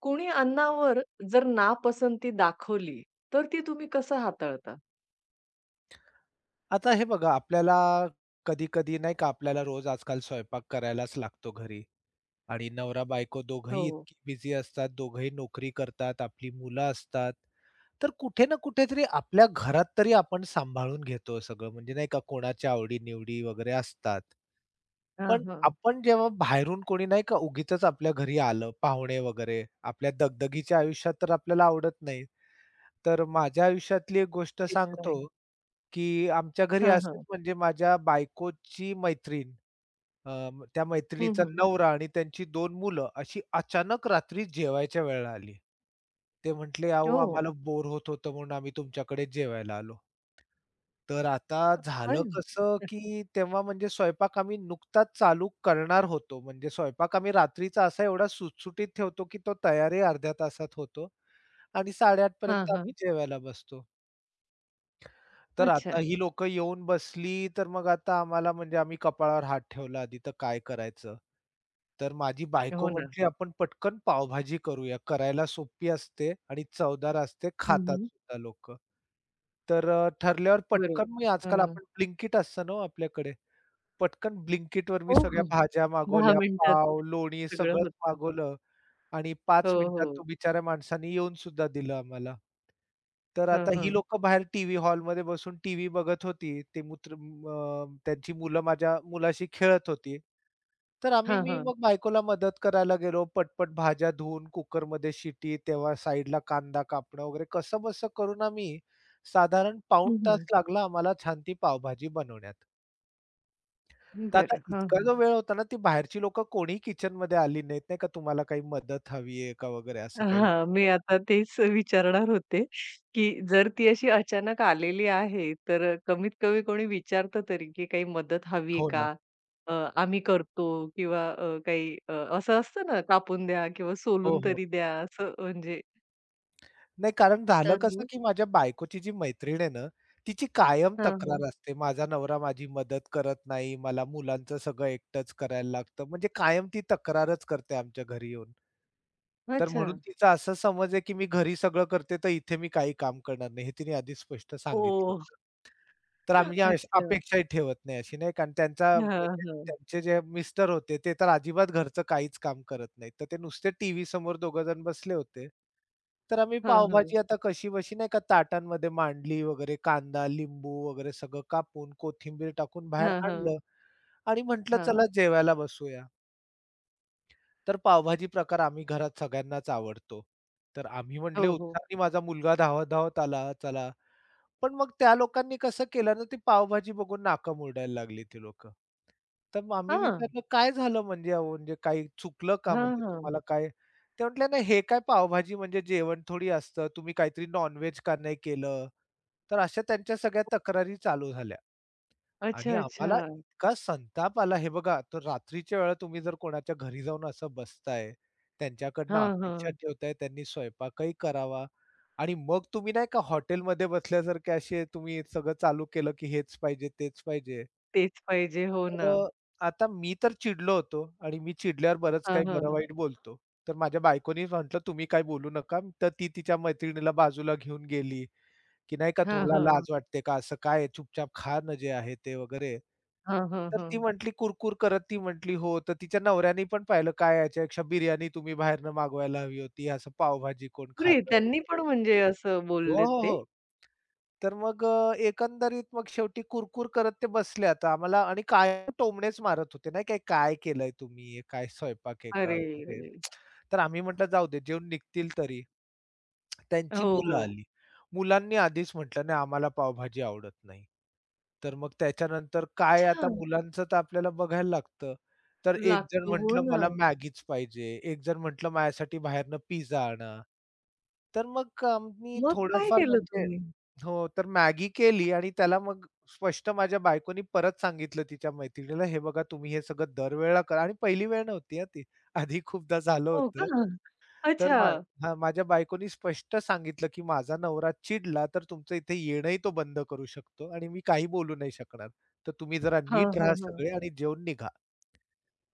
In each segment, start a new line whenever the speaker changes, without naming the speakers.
कोणी अन्नावर जर नापसंती दाखवली, तर ती तुम्ही कसं हाताळता?
आता हे बघा, आपल्याला कधी-कधी नाही का रोज आजकाल स्वयंपाक करायलाच लागतो घरी आणि नवरा-बायको दोघंही
हो.
इतकी बिझी असतात, दोघंही नोकरी करतात, आपली मुलं असतात. तर कुठे ना कुठेतरी आपल्या घरात तरी आपण सांभाळून घेतो सगळं, म्हणजे नाही का कोणाच्या आवडी-निवडी वगैरे असतात.
हां,
पण
हां.
आपण जेव्हा बाहेरून कोणी नाही का उगीचच आपल्या घरी आलं, पाहुणे वगैरे, आपल्या दगदगीच्या आयुष्यात तर आपल्याला आवडत नाही. तर माझ्या आयुष्यातली एक गोष्ट
ते तर आहे.
सांगतो. की आमच्या घरी
हां,
असंच
हां.
म्हणजे माझ्या बायकोची मैत्रीण, अ, त्या
हं,
मैत्रिणीचा
हं.
नवरा आणि त्यांची 2 मुलं अशी अचानक रात्री जेवायच्या वेळेला आली. ते म्हटले, "अहो
ओह!
आम्हाला बोर होत होतं म्हणून आम्ही तुमच्याकडे जेवायला आलो." तर आता झालं
अरे वाह!
कसं, की तेव्हा म्हणजे स्वयंपाक आम्ही नुकताच चालू करणार होतो. म्हणजे स्वयंपाक आम्ही रात्रीचा असा एवढा सुटसुटीत ठेवतो, की तो तयारही अर्ध्या तासात होतो आणि 8:30
हां,
पर्यंत
हां.
आम्ही जेवायला बसतो. तर आता
अच्छा.
ही लोक येऊन बसली, तर मग आता आम्हाला म्हणजे आम्ही कपाळावर हात ठेवला आधी तर काय करायचं? तर माझी बायको
हो ना.
म्हटली, "आपण पटकन पावभाजी करूया." करायला सोपी असते आणि चवदार असते,
हं,
खातात
हं.
सुद्धा लोक. तर ठरल्यावर पटकन मी
बरोबर.
आजकाल
हां.
आपण ब्लिंकिट असतं ना हो आपल्याकडे, पटकन ब्लिंकिटवर मी
हो,
सगळ्या
हो.
भाज्या
10
मागवल्या,
मिनिटात
पाव, लोणी
सगळं
सगळंच
होतं.
मागवलं. आणि
हो,
5 मिनिटात
हो.
तो बिचाऱ्या माणसाने येऊन सुद्धा दिलं आम्हाला. तर
हां,
आता ही
हां.
लोकं बाहेर टीव्ही हॉलमध्ये बसून टीव्ही बघत होती. ते मूत्र त्यांची मुलं माझ्या मुलाशी खेळत होती. तर आम्ही
हां,
मी
हां.
मग बायकोला मदत करायला गेलो. पटपट भाज्या धुवून कुकरमध्ये शिटी, तेव्हा साइडला कांदा कापणं वगैरे कसंबसं करून आम्ही साधारण पाऊण
हं,
तास
हं.
लागला आम्हाला छान ती पावभाजी बनवण्यात. तर आता
बरं. हां,
इतका
हां.
जो वेळ होता ना, ती बाहेरची लोकं कोणीही किचनमध्ये आली नाहीत, नाही का, तुम्हाला काही मदत हवी आहे का वगैरे असं काही.
हां, मी आता तेच विचारणार होते, की जर ती अशी अचानक आलेली आहे, तर कमीत कमी कोणी विचारतं तरी, की काही मदत हवी आहे
हो ना.
का? अ, आम्ही करतो किंवा काही असं असतं ना, कापून द्या किंवा
हो,
सोलून
हो.
तरी द्या, असं म्हणजे
नाही, कारण झालं
तर
कसं,
मग
की माझ्या बायकोची जी मैत्रीण आहे ना, तिची कायम
हां, हां.
तक्रार असते, "माझा नवरा माझी मदत करत नाही, मला मुलांचं सगळं एकटंच करायला लागतं." म्हणजे कायम ती तक्रारच करते आमच्या घरी येऊन. तर
अच्छा.
म्हणून तिचा असा समज आहे, की मी घरी सगळं करते, तर इथे मी काही काम करणार नाही. हे तिने आधीच स्पष्ट सांगितलं
ओह!
होतं. तर आम्ही
अच्छा.
अपेक्षाही ठेवत नाही अशी नाही, कारण त्यांचा
हां,
म्हणजे
हां.
त्यांचे जे मिस्टर होते ते तर अजिबात घरचं काहीच काम करत नाहीत. तर ते नुसते टीव्ही समोर दोघंजण बसले होते. तर आम्ही
हां, हां.
पावभाजी आता कशीबशी नाही का ताटांमध्ये मांडली वगैरे कांदा, लिंबू वगैरे सगळं कापून, कोथिंबीर टाकून बाहेर
हां, हां.
आणलं आणि म्हटलं
हां.
चला जेवायला बसूया. तर पावभाजी प्रकार आम्ही घरात सगळ्यांनाच आवडतो. तर आम्ही
हो,
म्हटले
हो.
उत्साहाने माझा मुलगा धावत-धावत आला, "चला." पण मग त्या लोकांनी कसं केलं ना, ती पावभाजी बघून नाका मुरडायला लागली ती लोकं. तर मग आम्ही
हां.
विचारलं, "काय झालं म्हणजे अहो, म्हणजे काही चुकलं का
हां,
म्हणजे
हां.
तुम्हाला काय?" ते म्हटले, "नाही, हे काय पावभाजी म्हणजे जेवण थोडी असतं. तुम्ही काहीतरी नॉन का नाही केलं?" तर अशा त्यांच्या सगळ्या तक्रारी चालू झाल्या. आणि
अच्छा,
आम्हाला
अच्छा.
इतका संताप आला. हे बघा, तर रात्रीच्या वेळा तुम्ही जर कोणाच्या घरी जाऊन असं बसताय, त्यांच्याकडनं
हां,
अपेक्षा
हां.
ठेवताय, त्यांनी स्वयंपाकही करावा आणि मग तुम्ही नाही का हॉटेलमध्ये बसल्यासारखे असे तुम्ही सगळं चालू केलं, की हेच पाहिजे, तेच पाहिजे.
तेच पाहिजे. हो ना.
तर आता मी तर चिडलो होतो आणि मी चिडल्यावर बरंच
हां,
काही
हां.
बरं-वाईट बोलतो. तर माझ्या बायकोनी म्हटलं, "तुम्ही काही बोलू नका." तर ती तिच्या मैत्रिणीला बाजूला घेऊन गेली. की नाही का
हां,
तुम्हाला
हां.
लाज वाटते का? असं काय चुपचाप खा ना जे आहे ते वगैरे.
हां, हां,
तर ती
हां.
म्हटली कुरकुर करत ती म्हटली, "हो." तर तिच्या नवऱ्यानी पण पाहिलं, "काय याच्यापेक्षा बिर्याणी तुम्ही बाहेरनं मागवायला हवी होती. असं पावभाजी कोण
अरे,
खातं?"
त्यांनी पण
वगैरे.
म्हणजे असं
हो,
बोललेत
हो,
ते?
हो. तर मग एकंदरीत मग शेवटी कुरकुर करत ते बसले आता आम्हाला आणि कायम टोमणेच मारत होते नाही काय, "काय केलंय तुम्ही? हे काय स्वयंपाक आहे का?"
अरे
वगैरे.
रे!
तर आम्ही म्हटलं, "जाऊ दे, जेवून निघतील तरी." त्यांची
हो,
मुलं
हो.
आली. मुलांनी आधीच म्हटलं, "नाही आम्हाला पावभाजी आवडत नाही." तर मग त्याच्यानंतर काय
अच्छा.
आता मुलांचं तर आपल्याला बघायला लागतं. तर एक जण
लागतो. हो
म्हटलं,
ना.
"मला मॅगीच पाहिजे." एक जण म्हटलं, "माझ्यासाठी बाहेरनं पिझ्झा आणा." तर मग आम्ही
मग काय
थोडंफार
केलं
म्हणजे.
तुम्ही?
हो, तर मॅगी केली आणि त्याला मग स्पष्ट माझ्या बायकोनी परत सांगितलं तिच्या मैत्रिणीला, "हे बघा तुम्ही हे सगळं दरवेळेला करा." आणि पहिली वेळ नव्हती हां ती. आधी खूपदा झालं
हो
होतं.
का?
तर
अच्छा.
हां, माझ्या बायकोनी स्पष्ट सांगितलं, की माझा नवरा चिडला तर तुमचं इथे येणंही तो बंद करू शकतो आणि मी काही बोलू नाही शकणार. तर तुम्ही जरा
हां,
नीट
हां,
राहा
हां.
सगळे आणि जेवून निघा.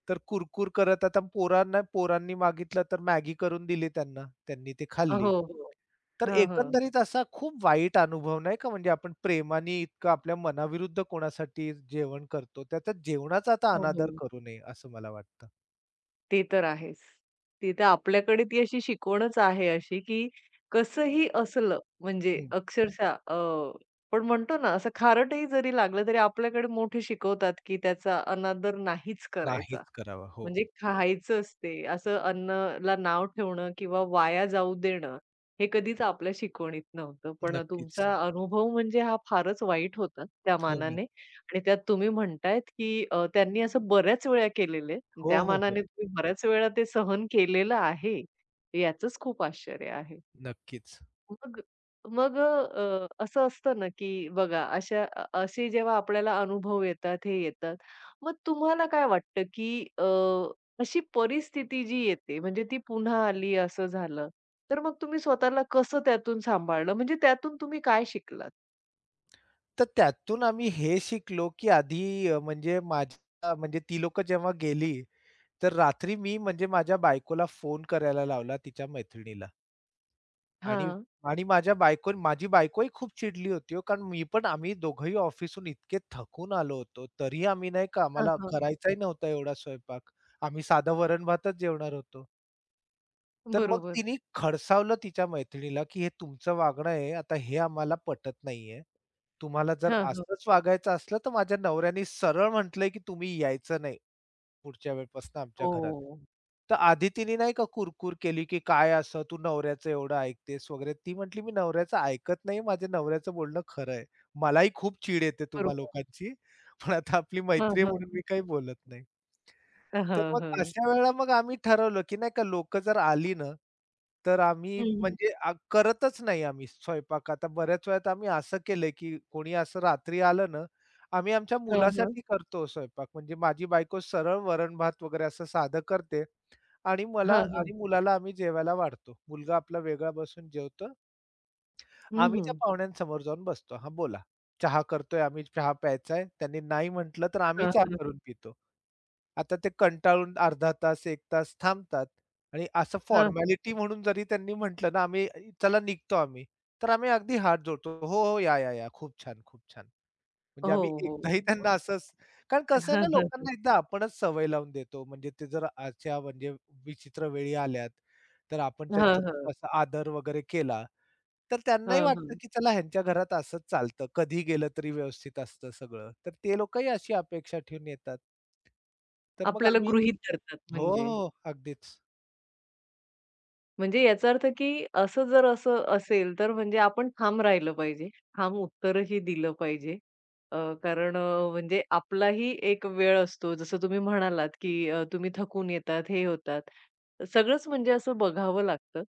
तर कुरकुर करत आता पोरांनी मागितलं तर मॅगी करून दिली त्यांना. त्यांनी ते
हो,
खाल्ली.
हो.
तर
हां, हां.
एकंदरीत असा खूप वाईट अनुभव नाही का म्हणजे आपण प्रेमाने इतकं आपल्या मनाविरुद्ध कोणासाठी जेवण करतो. त्याचा जेवणाचा आता
हो,
अनादर
हो.
करू नये असं मला वाटतं.
ते तर आहेच. ते तर आपल्याकडे ती अशी शिकवणच आहे अशी, की कसंही असलं म्हणजे
हं,
अक्षरशः आपण म्हणतो ना असं खारटही जरी लागलं तरी आपल्याकडे मोठे शिकवतात, की त्याचा अनादर नाहीच करायचा.
नाहीच करावा. हो,
म्हणजे खायचंच ते. असं अन्नला नाव ठेवणं किंवा वाया जाऊ देणं, हे कधीच आपल्या शिकवणीत नव्हतं. पण
नक्कीच.
तुमचा हो. अनुभव म्हणजे हा फारच वाईट होता त्या
हो,
मानाने आणि त्यात तुम्ही म्हणतायत, की त्यांनी असं बऱ्याच वेळा केलेले,
हो,
त्या
हो, हो.
मानाने तुम्ही बऱ्याच वेळा ते सहन केलेलं आहे. याचंच खूप आश्चर्य आहे.
नक्कीच.
मग मग असं असतं ना, की बघा अशा असे जेव्हा आपल्याला अनुभव येतात, हे येतात. मग तुम्हाला काय वाटतं, की अशी परिस्थिती जी येते म्हणजे ती पुन्हा आली असं झालं, तर मग तुम्ही स्वतःला कसं त्यातून सांभाळलं? म्हणजे त्यातून तुम्ही काय शिकलात?
तर त्यातून आम्ही हे शिकलो, की आधी म्हणजे माझ्या म्हणजे ती लोकं जेव्हा गेली, तर रात्री मी म्हणजे माझ्या बायकोला फोन करायला लावला तिच्या मैत्रिणीला आणि
हां.
आणि माझ्या बायको माझी बायकोही खूप चिडली होती हो, कारण मी पण आम्ही दोघंही ऑफिसहून इतके थकून आलो होतो. तरीही आम्ही नाही का
हां,
आम्हाला
हां.
करायचाही नव्हता एवढा स्वयंपाक. आम्ही साधं वरण-भातच जेवणार होतो. तर मग
बरोबर.
तिने खडसावलं तिच्या मैत्रिणीला, की "हे तुमचं वागणं आहे, आता हे आम्हाला पटत नाहीये. तुम्हाला जर
हां, हां.
असंच वागायचं असलं, तर माझ्या नवऱ्याने सरळ म्हटलंय, की तुम्ही यायचं नाही पुढच्या वेळेपासून आमच्या घरात."
हो.
तर आधी तिने नाही का कुरकूर केली, की "काय असं तू नवऱ्याचं एवढं ऐकतेस वगैरे." ती म्हटली, "मी नवऱ्याचं ऐकत नाही. माझ्या नवऱ्याचं बोलणं खरं आहे. मलाही खूप चीड येते तुम्हा
बरोबर.
लोकांची, पण आता आपली
हां,
मैत्री आहे
हां,
म्हणून मी
हां.
काही बोलत नाही." तर
हां,
मग
हां.
अशा वेळेला मग आम्ही ठरवलं, की नाही का लोकं जर आली ना, तर आम्ही
हं, हं.
म्हणजे करतच नाही आम्ही स्वयंपाक. आता बऱ्याच वेळात आम्ही असं केलंय, की कोणी असं रात्री आलं ना, आम्ही आमच्या
हां, हां.
मुलासाठी करतो स्वयंपाक. म्हणजे माझी बायको सरळ वरण-भात वगैरे असं साधं करते आणि मला
हां, हां.
आणि मुलाला आम्ही जेवायला वाढतो. मुलगा आपला वेगळा बसून जेवतो.
हं,
आम्ही
हं.
त्या पाहुण्यांसमोर जाऊन बसतो. हां, बोला. चहा करतोय आम्ही, चहा प्यायचा आहे. त्यांनी नाही म्हटलं, तर आम्ही
हां,
चहा
हां.
करून पितो. आता ते कंटाळून अर्धा तास, 1 तास थांबतात आणि असं फॉर्मॅलिटी म्हणून जरी त्यांनी म्हटलं ना, आम्ही चला निघतो आम्ही, तर आम्ही अगदी हात जोडतो. "हो, हो, या, या, या. खूप छान, खूप छान." म्हणजे
हो,
आम्ही एकदाही
हो.
त्यांना असंच. कारण कसं आहे ना लोकांना एकदा आपणच सवय लावून देतो. म्हणजे ते जर अशा म्हणजे विचित्र वेळी आल्यात, तर आपण
हां,
त्यांचा खूप
हां.
असा आदर वगैरे केला, तर त्यांनाही
हां,
वाटतं
हां.
की चला ह्यांच्या घरात असंच चालतं. कधी गेलं तरी व्यवस्थित असतं सगळं. तर ते लोकही अशी अपेक्षा ठेवून येतात. तर मग
आपल्याला
आम्ही.
गृहीत धरतात
हो, हो.
म्हणजे.
हो, अगदीच.
म्हणजे याचा अर्थ, की असं जर असं असेल, तर म्हणजे आपण ठाम राहिलं पाहिजे. ठाम उत्तरही दिलं पाहिजे. अ, कारण म्हणजे आपलाही एक वेळ असतो. जसं तुम्ही म्हणालात, की तुम्ही थकून येतात, हे होतात. सगळंच म्हणजे असं बघावं लागतं.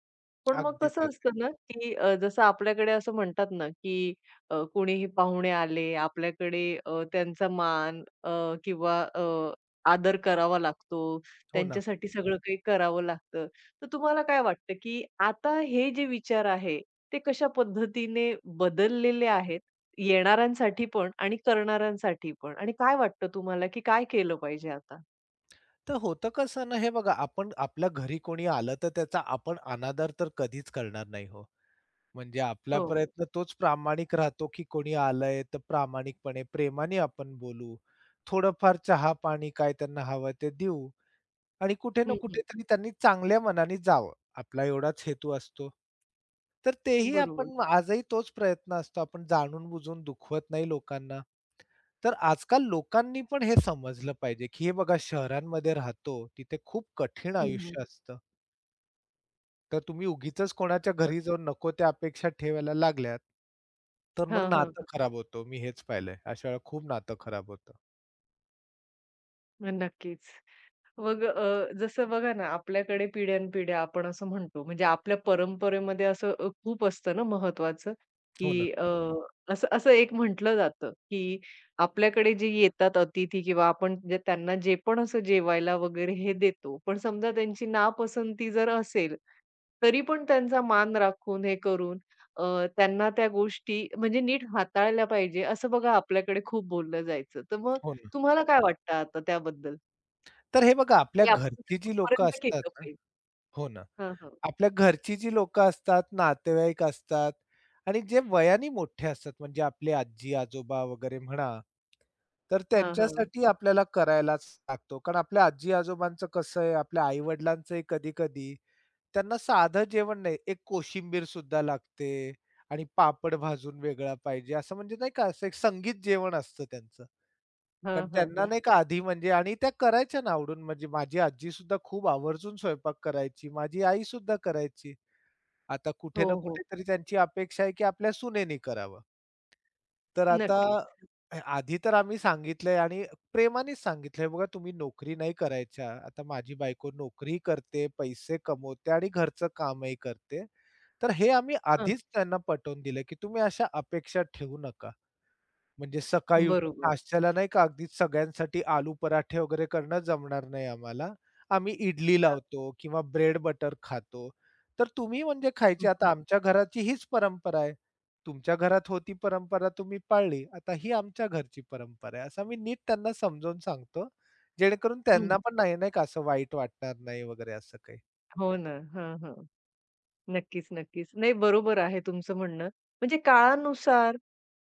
पण मग
अगदीच,
कसं
अगदीच.
असतं ना, की जसं आपल्याकडे असं म्हणतात ना, की कोणीही पाहुणे आले, आपल्याकडे त्यांचा मान किंवा आदर करावा लागतो.
हो ना.
त्यांच्यासाठी सगळं काही करावं लागतं. तर तुम्हाला काय वाटतं, की आता हे जे विचार आहे, ते कशा पद्धतीने बदललेले आहेत, येणाऱ्यांसाठी पण आणि करणाऱ्यांसाठी पण? आणि काय वाटतं तुम्हाला, की काय केलं पाहिजे आता?
तर होतं कसं ना, हे बघा आपण आपल्या घरी कोणी आलं तर त्याचा आपण अनादर तर कधीच करणार नाही हो. म्हणजे आपला
हो, हो.
प्रयत्न तोच प्रामाणिक राहतो, की कोणी आलंय तर प्रामाणिकपणे प्रेमाने आपण बोलू. थोडंफार चहा-पाणी काय त्यांना हवं ते देऊ आणि कुठे ना
हं, हं.
कुठेतरी त्यांनी चांगल्या मनाने जावं. आपला एवढाच हेतू असतो. तर तेही
बरोबर.
आपण आजही तोच प्रयत्न असतो. आपण जाणून-बुजून दुखवत नाही लोकांना. तर आजकाल लोकांनी पण हे समजलं पाहिजे, की हे बघा शहरांमध्ये राहतो, तिथे खूप कठीण
हं, हं.
आयुष्य असतं. तर तुम्ही उगीचच कोणाच्या घरी जाऊन नको त्या अपेक्षा ठेवायला लागल्यात, तर मग
हां, हां,
नातं
हां.
खराब होतं. मी हेच पाहिलंय. अशा वेळेला खूप नातं खराब होतं.
नक्कीच. मग जसं बघा ना, आपल्याकडे पिढ्यानपिढ्या आपण असं म्हणतो, म्हणजे आपल्या परंपरेमध्ये असं खूप असतं ना महत्त्वाचं,
हो ना,
की असं असं एक म्हटलं जातं, की आपल्याकडे जे येतात अतिथी किंवा आपण जे त्यांना जे पण असं जेवायला वगैरे हे देतो. पण समजा त्यांची नापसंती जर असेल, तरी पण त्यांचा मान राखून हे करून अ, त्यांना त्या गोष्टी म्हणजे नीट हाताळल्या पाहिजे, असं बघा आपल्याकडे खूप बोललं जायचं. तर मग
हो ना.
तुम्हाला काय वाटतं आता त्याबद्दल?
तर हे बघा आपल्या
ते आपण
घरची जी लोकं
कुठपर्यंत
असतात
केलं
ना.
पाहिजे.
हो ना.
हां, हां.
आपल्या घरची जी लोकं असतात, नातेवाईक असतात आणि जे वयाने मोठे असतात म्हणजे आपले आजी-आजोबा वगैरे म्हणा, तर
हां, हां.
त्यांच्यासाठी आपल्याला करायलाच लागतो. कारण आपल्या आजी-आजोबांचं कसं आहे, आपल्या आई-वडिलांचंही कधी-कधी त्यांना साधं जेवण नाही, एक कोशिंबीर सुद्धा लागते आणि पापड भाजून वेगळा पाहिजे, असं म्हणजे नाही का असं एक संगीत जेवण असतं त्यांचं. कारण
हां, हां,
त्यांना
हां.
नाही का आधी म्हणजे आणि त्या करायच्या ना आवडून म्हणजे माझी आजी सुद्धा खूप आवर्जून स्वयंपाक करायची, माझी आई सुद्धा करायची. आता कुठे
हो,
ना
हो.
कुठेतरी त्यांची अपेक्षा आहे, की आपल्या सुनेनी करावं. तर आता
नक्कीच.
आधी तर आम्ही सांगितलंय आणि प्रेमानेच सांगितलंय, "बघा तुम्ही नोकरी नाही करायच्या." आता माझी बायको नोकरी करते, पैसे कमवते आणि घरचं कामही करते. तर हे आम्ही
हां,
आधीच त्यांना पटवून दिलं, की तुम्ही अशा अपेक्षा ठेवू नका. म्हणजे सकाळी उठून
बरोबर.
नाश्त्याला नाही का अगदीच सगळ्यांसाठी आलू पराठे वगैरे करणं जमणार नाही आम्हाला. आम्ही इडली
हां.
लावतो किंवा ब्रेड बटर खातो. तर तुम्ही म्हणजे खायची
हं, हं.
आता आमच्या घराची हीच परंपरा आहे. तुमच्या घरात होती परंपरा तुम्ही पाळली. आता ही आमच्या घरची परंपरा आहे. असं मी नीट त्यांना समजावून सांगतो. जेणेकरून
हं.
त्यांना पण नाही, नाही का असं वाईट वाटणार नाही वगैरे असं काही.
हो ना. हां, हां. नक्कीच, नक्कीच. नाही बरोबर आहे तुमचं म्हणणं. म्हणजे काळानुसार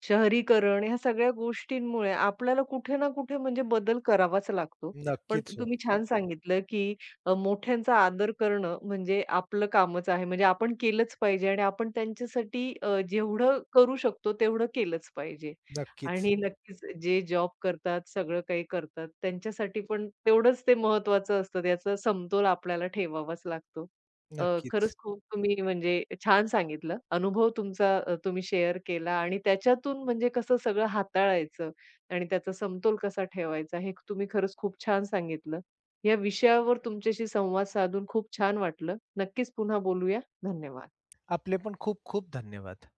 शहरीकरण ह्या सगळ्या गोष्टींमुळे आपल्याला कुठे ना कुठे म्हणजे बदल करावाच लागतो. पण
नक्कीच हो.
तुम्ही छान सांगितलं, की मोठ्यांचा आदर करणं म्हणजे आपलं कामच आहे. म्हणजे आपण केलंच पाहिजे आणि आपण त्यांच्यासाठी जेवढं करू शकतो तेवढं केलंच पाहिजे.
नक्कीच,
आणि नक्कीच जे जॉब करतात, सगळं काही करतात त्यांच्यासाठी पण तेवढंच ते महत्त्वाचं असतं. त्याचा समतोल आपल्याला ठेवावाच लागतो.
नक्कीच.
खरंच खूप तुम्ही म्हणजे छान सांगितलं. अनुभव तुमचा तुम्ही शेअर केला आणि त्याच्यातून म्हणजे कसं सगळं हाताळायचं आणि त्याचा समतोल कसा ठेवायचा हे तुम्ही खरंच खूप छान सांगितलं. या विषयावर तुमच्याशी संवाद साधून खूप छान वाटलं. नक्कीच पुन्हा बोलूया. धन्यवाद.
आपले पण खूप खूप धन्यवाद.